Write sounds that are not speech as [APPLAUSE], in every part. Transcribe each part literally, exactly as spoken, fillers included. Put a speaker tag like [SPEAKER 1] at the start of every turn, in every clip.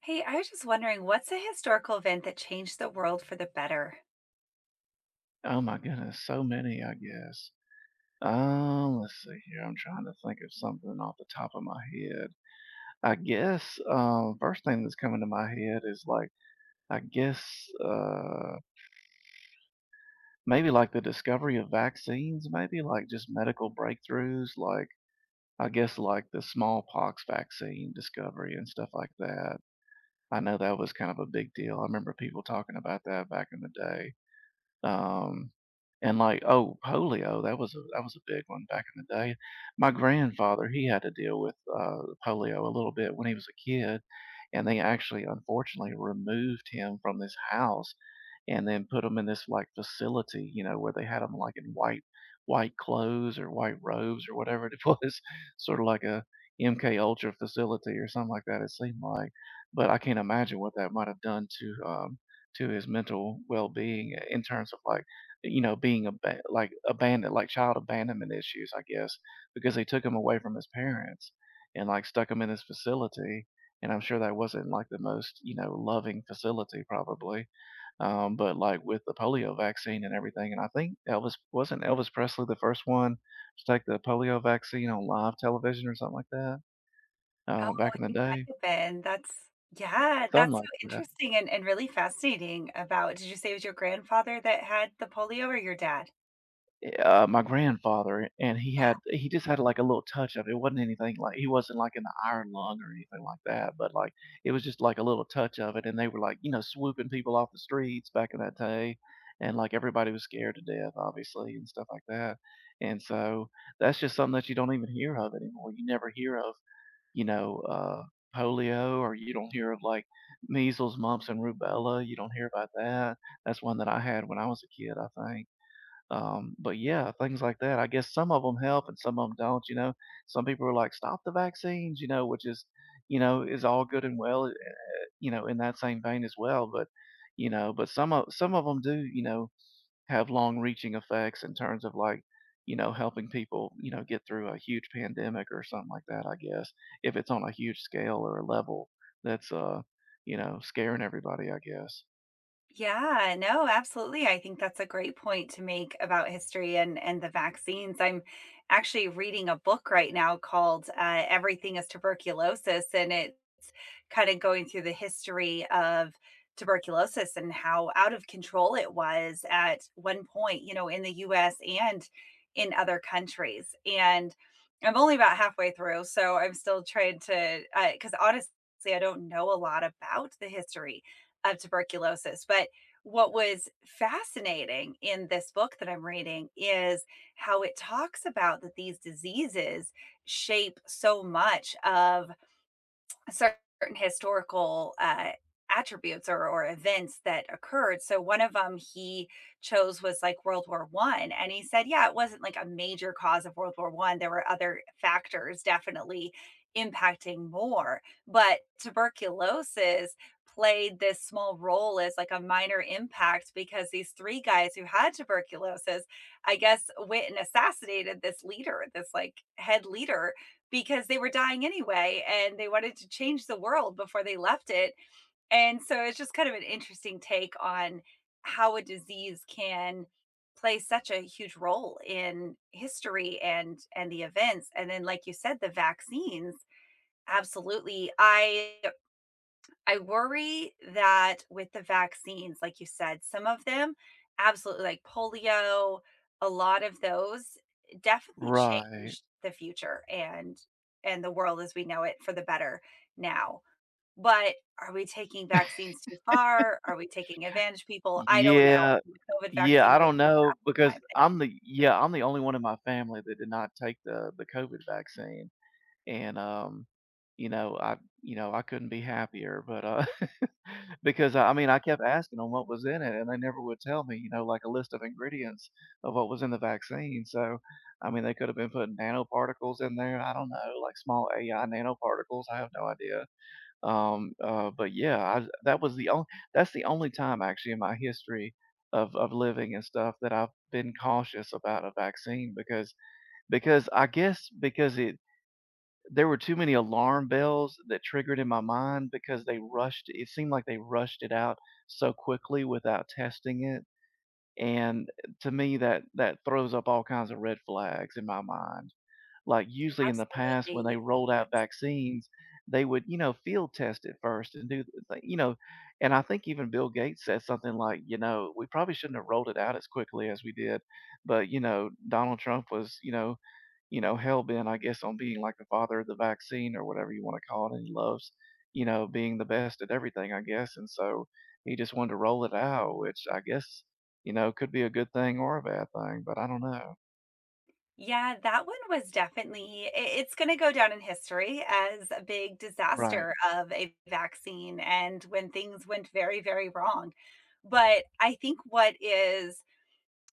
[SPEAKER 1] Hey, I was just wondering, what's a historical event that changed the world for the better?
[SPEAKER 2] Oh my goodness, so many, I guess. Um, let's see here. I'm trying to think of something off the top of my head. I guess um, first thing that's coming to my head is like I guess uh, maybe like the discovery of vaccines, maybe like just medical breakthroughs, like I guess like the smallpox vaccine discovery and stuff like that. I know that was kind of a big deal. I remember people talking about that back in the day. Um, and like, oh, polio, that was a that was a big one back in the day. My grandfather, he had to deal with uh, polio a little bit when he was a kid, and they actually unfortunately removed him from this house and then put them in this like facility, you know, where they had them like in white white clothes or white robes or whatever it was, [LAUGHS] sort of like a M K Ultra facility or something like that. It seemed like, but I can't imagine what that might have done to um, to his mental well being in terms of like you know being ab- like abandoned, like child abandonment issues, I guess, because they took him away from his parents and like stuck him in this facility. And I'm sure that wasn't like the most you know, loving facility, probably. Um, but like with the polio vaccine and everything, and I think Elvis, wasn't Elvis Presley the first one to take the polio vaccine on live television or something like that,
[SPEAKER 1] Oh,
[SPEAKER 2] uh, back in the
[SPEAKER 1] you might
[SPEAKER 2] day?
[SPEAKER 1] have been. That's yeah,
[SPEAKER 2] Something
[SPEAKER 1] that's so
[SPEAKER 2] like that.
[SPEAKER 1] interesting and, and really fascinating about did you say it was your grandfather that had the polio or your dad?
[SPEAKER 2] Uh, my grandfather, and he had he just had like a little touch of it. It wasn't anything like he wasn't like in the iron lung or anything like that, but like it was just like a little touch of it. And they were like, you know, swooping people off the streets back in that day, and like everybody was scared to death, obviously, and stuff like that. And so that's just something that you don't even hear of anymore. You never hear of, you know, uh, polio, or you don't hear of like measles, mumps, and rubella. You don't hear about that. That's one that I had when I was a kid, I think, um, but yeah, things like that. I guess some of them help and some of them don't. You know, some people are like, stop the vaccines. You know, which is, you know, is all good and well. eh, You know, in that same vein as well. But you know, but some of some of them do You know, have long-reaching effects in terms of like you know, helping people You know, get through a huge pandemic or something like that. I guess if it's on a huge scale or a level that's uh, you know, scaring everybody, I guess.
[SPEAKER 1] Yeah, no, absolutely. I think that's a great point to make about history and and the vaccines. I'm actually reading a book right now called uh, Everything is Tuberculosis, and it kind of going through the history of tuberculosis and how out of control it was at one point, you know, in the U S and in other countries. And I'm only about halfway through, so I'm still trying to, because uh, honestly, I don't know a lot about the history of tuberculosis. But what was fascinating in this book that I'm reading is how it talks about that these diseases shape so much of certain historical uh, attributes or, or events that occurred. So one of them he chose was like World War One, and he said, yeah, it wasn't like a major cause of World War One. There were other factors definitely impacting more, but tuberculosis played this small role as like a minor impact because these three guys who had tuberculosis, I guess, went and assassinated this leader, this like head leader because they were dying anyway and they wanted to change the world before they left it. And so it's just kind of an interesting take on how a disease can play such a huge role in history and and the events, and then like you said, the vaccines. Absolutely, i I worry that with the vaccines, like you said, some of them absolutely like polio, a lot of those definitely
[SPEAKER 2] Right.
[SPEAKER 1] changed the future and and the world as we know it for the better now. But are we taking vaccines too far? Are we taking advantage of people? I don't know.
[SPEAKER 2] Yeah,
[SPEAKER 1] The COVID
[SPEAKER 2] Yeah,
[SPEAKER 1] vaccine
[SPEAKER 2] I
[SPEAKER 1] was
[SPEAKER 2] don't
[SPEAKER 1] a
[SPEAKER 2] know
[SPEAKER 1] disaster in my
[SPEAKER 2] because I'm
[SPEAKER 1] opinion.
[SPEAKER 2] the yeah, I'm the only one in my family that did not take the the COVID vaccine, and, um, you know, I you know, I couldn't be happier, but, uh, [LAUGHS] because, I I mean, I kept asking them what was in it, and they never would tell me, you know, like a list of ingredients of what was in the vaccine, so, I mean, they could have been putting nanoparticles in there, I don't know, like small A I nanoparticles, I have no idea. Um, uh, but yeah, I, that was the only that's the only time actually in my history of of living and stuff that I've been cautious about a vaccine because because I guess because it there were too many alarm bells that triggered in my mind because they rushed it seemed like they rushed it out so quickly without testing it. And to me, that that throws up all kinds of red flags in my mind. Like usually in the past when they
[SPEAKER 1] Absolutely.
[SPEAKER 2] rolled out vaccines, they would you know, field test it first and do the thing, you know, and I think even Bill Gates said something like, you know, we probably shouldn't have rolled it out as quickly as we did, but you know, Donald Trump was, you know, you know, hell bent, I guess, on being like the father of the vaccine or whatever you want to call it, and he loves you know, being the best at everything, I guess, and so he just wanted to roll it out, which I guess you know, could be a good thing or a bad thing, but I don't know.
[SPEAKER 1] Yeah, that one was definitely I it's gonna go down in history as a big
[SPEAKER 2] Right,
[SPEAKER 1] disaster of a vaccine and when things went very, very wrong. But I think what is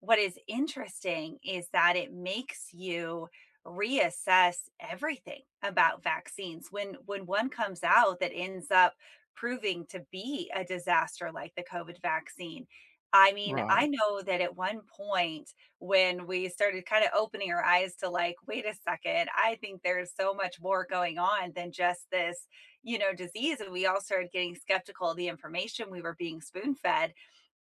[SPEAKER 1] what is interesting is that it makes you reassess everything about vaccines when when one comes out that ends up proving to be a disaster like the COVID vaccine. I mean, I
[SPEAKER 2] right,
[SPEAKER 1] know that at one point when we started kind of opening our eyes to like wait a second, I think there's so much more going on than just this you know disease, and we all started getting skeptical of the information we were being spoon fed.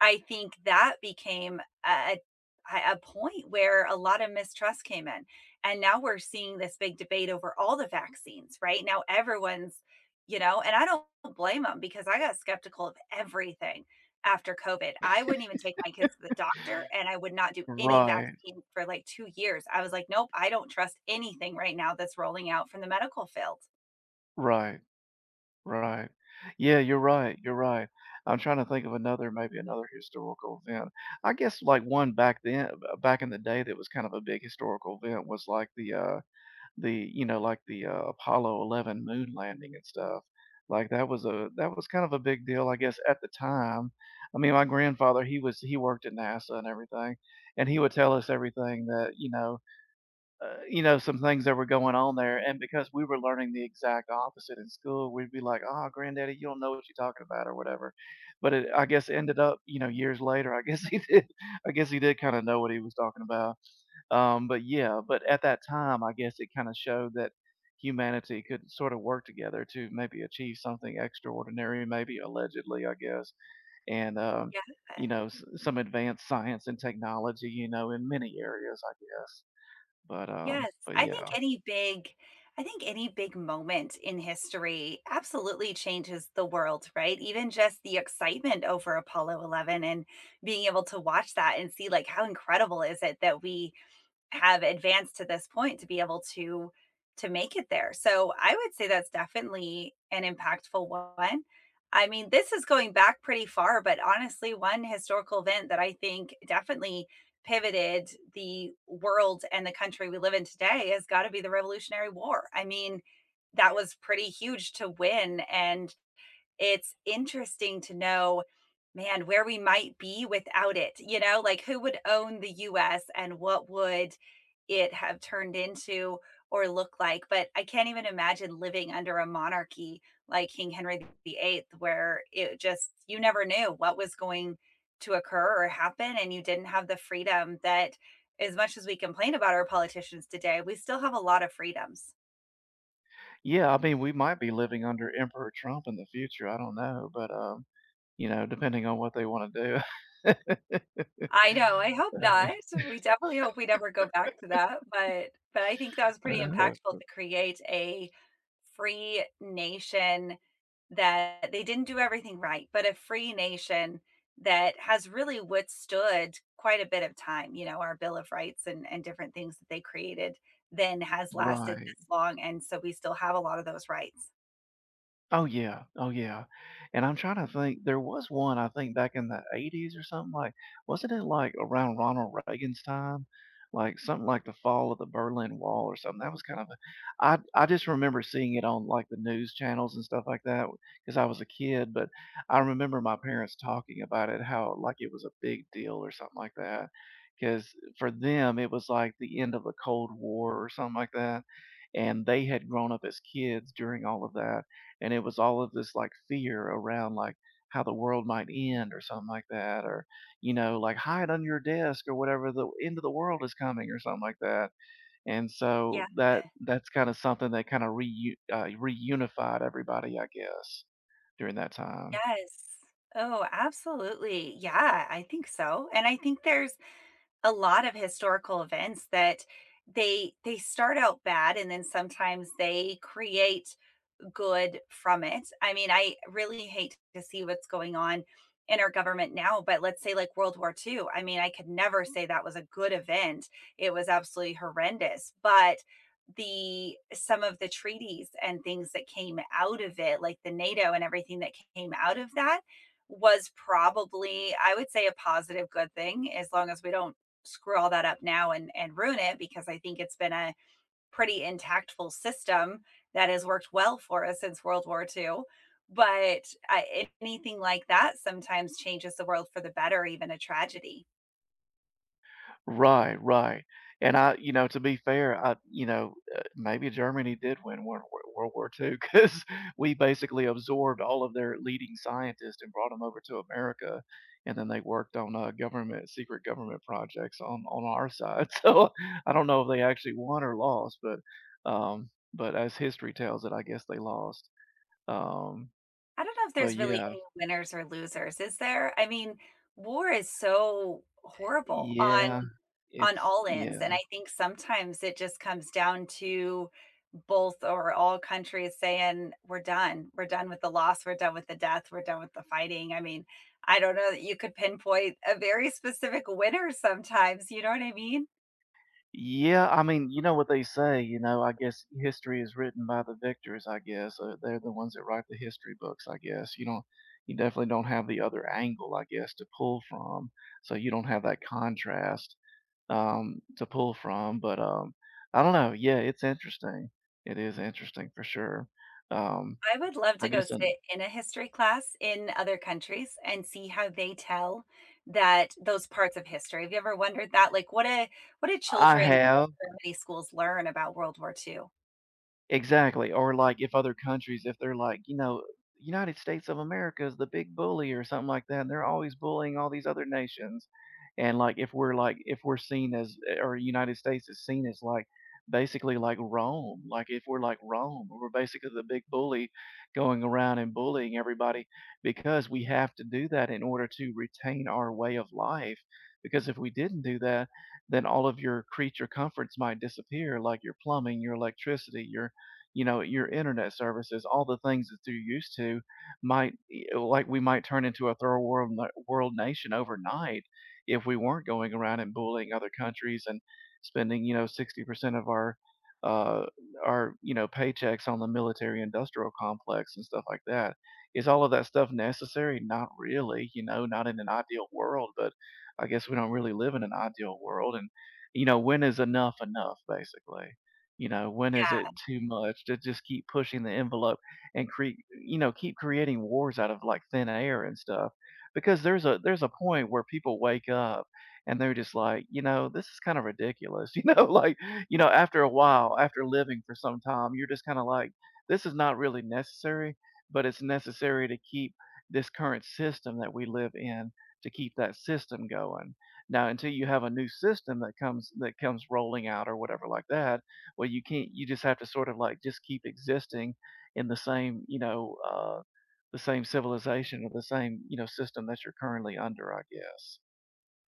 [SPEAKER 1] I think that became a a point where a lot of mistrust came in, and now we're seeing this big debate over all the vaccines, right? Now everyone's, you know, and I don't blame them because I got skeptical of everything after COVID. I wouldn't even take my kids to the doctor, and I would not do any
[SPEAKER 2] right,
[SPEAKER 1] vaccine for like two years. I was like, "Nope, I don't trust anything right now that's rolling out from the medical field."
[SPEAKER 2] Right, right. Yeah, you're right, you're right. I'm trying to think of another, maybe another historical event. I guess, like, one back then, uh, back in the day that was kind of a big historical event was, like, the, uh the you know, like, the, uh, Apollo eleven moon landing and stuff. Like, that was a that was kind of a big deal, I guess, at the time. I mean, my grandfather, he was he worked at NASA and everything, and he would tell us everything that, you know uh, you know, some things that were going on there. And because we were learning the exact opposite in school, we'd be like, oh, granddaddy, you don't know what you're talking about or whatever. But it, I guess, ended up, you know, years later, I guess, [LAUGHS] he did, I guess he did kind of know what he was talking about. Um, but yeah, but at that time, I guess it kind of showed that humanity could sort of work together to maybe achieve something extraordinary, maybe allegedly, I guess. And, um, you
[SPEAKER 1] Yeah.
[SPEAKER 2] know, s- some advanced science and technology, you know, in many areas, I guess. But um,
[SPEAKER 1] Yes,
[SPEAKER 2] but
[SPEAKER 1] I think
[SPEAKER 2] yeah,
[SPEAKER 1] any big I think any big moment in history absolutely changes the world, right? Even just the excitement over Apollo eleven and being able to watch that and see like how incredible is it that we have advanced to this point to be able to to make it there. So I would say that's definitely an impactful one. I mean, this is going back pretty far, but honestly, one historical event that I think definitely pivoted the world and the country we live in today has got to be the Revolutionary War. I mean, that was pretty huge to win, and it's interesting to know, man, where we might be without it. You know, like who would own the U S and what would it have turned into or look like? But I can't even imagine living under a monarchy like King Henry eight, where it just, you never knew what was going to occur or happen. And you didn't have the freedom that, as much as we complain about our politicians today, we still have a lot of freedoms.
[SPEAKER 2] yeah. I mean, we might be living under Emperor Trump in the future. I don't know, but um, you know, depending on what they want to do. [LAUGHS]
[SPEAKER 1] I know, I hope not. We definitely hope we never go back to that, but but I think that was pretty
[SPEAKER 2] Uh,
[SPEAKER 1] impactful to create a free nation that they didn't do everything right, but a free nation that has really withstood quite a bit of time, you know, our Bill of Rights and and different things that they created then has lasted
[SPEAKER 2] right.
[SPEAKER 1] this long, and so we still have a lot of those rights.
[SPEAKER 2] Oh yeah, oh yeah, and I'm trying to think, there was one I think back in the eighties or something, like wasn't it, like, around Ronald Reagan's time? Like, something like the fall of the Berlin Wall or something, that was kind of a, I I just remember seeing it on, like, the news channels and stuff like that because I was a kid, but I remember my parents talking about it, how, like, it was a big deal or something like that. Because for them, it was like the end of the Cold War or something like that, and they had grown up as kids during all of that, and it was all of this like fear around like how the world might end or something like that, or you know like hide under your desk or whatever, the end of the world is coming or something like that. And
[SPEAKER 1] Yeah.
[SPEAKER 2] so that that's kind of something that kind of reu- uh, reunified everybody, I guess, during that time.
[SPEAKER 1] Yes. Oh, absolutely. Yeah, I think so, and I think there's a lot of historical events that they they start out bad and then sometimes they create good from it. I mean, I really hate to see what's going on in our government now, but let's say like World War Two. I mean, I could never say that was a good event. It was absolutely horrendous. But the some of the treaties and things that came out of it, like the NATO and everything that came out of that, was probably, I would say, a positive good thing, as long as we don't screw all that up now and and ruin it, because I think it's been a pretty intactful system that has worked well for us since World War Two. But I, anything like that sometimes changes the world for the better, even a tragedy.
[SPEAKER 2] Right, right. And I, you know, to be fair, I, you know, uh, maybe Germany did win World War World War two 'cause [LAUGHS] we basically absorbed all of their leading scientists and brought them over to America, and then they worked on, uh, government, secret government projects on on our side. [LAUGHS] So, I don't know if they actually won or lost, but, um, but as history tells it, I guess they lost. Um,
[SPEAKER 1] I don't know if
[SPEAKER 2] but
[SPEAKER 1] there's really
[SPEAKER 2] yeah.
[SPEAKER 1] any winners or losers, is there? I mean, war is so horrible
[SPEAKER 2] Yeah.
[SPEAKER 1] on on
[SPEAKER 2] It's
[SPEAKER 1] all ends,
[SPEAKER 2] Yeah.
[SPEAKER 1] and I think sometimes it just comes down to both or all countries saying, "We're done. We're done with the loss. We're done with the death. We're done with the fighting." I mean, I don't know that you could pinpoint a very specific winner sometimes, you know what I mean?
[SPEAKER 2] Yeah, I mean, you know what they say, you know, I guess history is written by the victors, I guess. Uh, they're the ones that write the history books, I guess. You don't you definitely don't have the other angle, I guess, to pull from. So you don't have that contrast um to pull from, but um I don't know. Yeah, it's interesting. It is interesting for sure. Um
[SPEAKER 1] I would love
[SPEAKER 2] I
[SPEAKER 1] to go
[SPEAKER 2] guess an,
[SPEAKER 1] sit in a history class in other countries and see how they tell that those parts of history. Have you ever wondered that? Like, what a what do
[SPEAKER 2] I
[SPEAKER 1] children in so
[SPEAKER 2] have,
[SPEAKER 1] many schools learn about World War Two?
[SPEAKER 2] exactly, or, like, if other countries, if they're like, you know, "United States of America is the big bully," or something like that, and they're always bullying all these other nations, and, like, if we're, like if we're seen as eh, or United States is seen as, like, basically like Rome, like, if we're like Rome, we're basically the big bully going around and bullying everybody because we have to do that in order to retain our way of life, because if we didn't do that, then all of your creature comforts might disappear, like your plumbing, your electricity, your you know, your internet services, all the things that you're used to might e, uh, like, we might turn into a third world world nation overnight if we weren't going around and bullying other countries and spending you know, sixty percent of our uh our you know paychecks on the military industrial complex and stuff like that. Is all of that stuff necessary? Not really, you know not in an ideal world, but I guess we don't really live in an ideal world. And you know when is enough enough, basically? You know, when is it
[SPEAKER 1] Yeah.
[SPEAKER 2] too much to just keep pushing the envelope and create, you know, keep creating wars out of like thin air and stuff? Because there's a there's a point where people wake up and they're just like, you know, this is kind of ridiculous. [LAUGHS] You know, like, you know, after a while, after living for some time, you're just kind of like, this is not really necessary, but it's necessary to keep this current system that we live in, to keep that system going. Now, until you have a new system that comes that comes rolling out or whatever like that, well, you can't. You just have to sort of like just keep existing in the same, you know, uh, the same civilization or the same you know, system that you're currently under, I guess.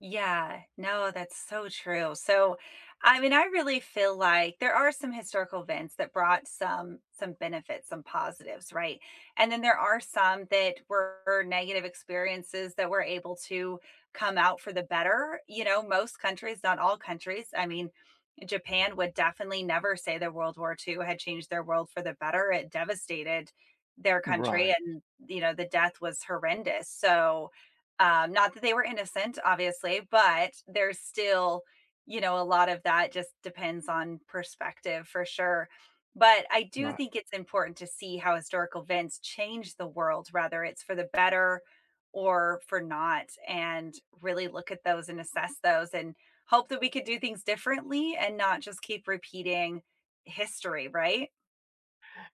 [SPEAKER 1] Yeah, no, that's so true. So, I mean, I really feel like there are some historical events that brought some some benefits, some positives, right? And then there are some that were negative experiences that were able to come out for the better. You know, most countries, not all countries. I mean, Japan would definitely never say that World War Two had changed their world for the better. It devastated their country
[SPEAKER 2] Right,
[SPEAKER 1] and, you know, the death was horrendous. So, um, not that they were innocent, obviously, but there's still, you know, a lot of that just depends on perspective for sure. But I do
[SPEAKER 2] right.
[SPEAKER 1] think it's important to see how historical events change the world, whether it's for the better or for not, and really look at those and assess those and hope that we could do things differently and not just keep repeating history, right?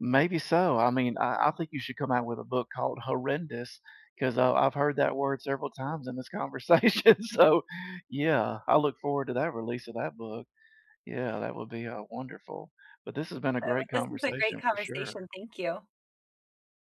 [SPEAKER 2] Maybe so. I mean, I, I think you should come out with a book called Horrendous because uh, I've heard that word several times in this conversation. [LAUGHS] So, yeah, I look forward to that release of that book. Yeah, that would be uh, wonderful. But this has been a
[SPEAKER 1] So
[SPEAKER 2] great
[SPEAKER 1] this is a great
[SPEAKER 2] conversation for sure.
[SPEAKER 1] conversation. Thank you.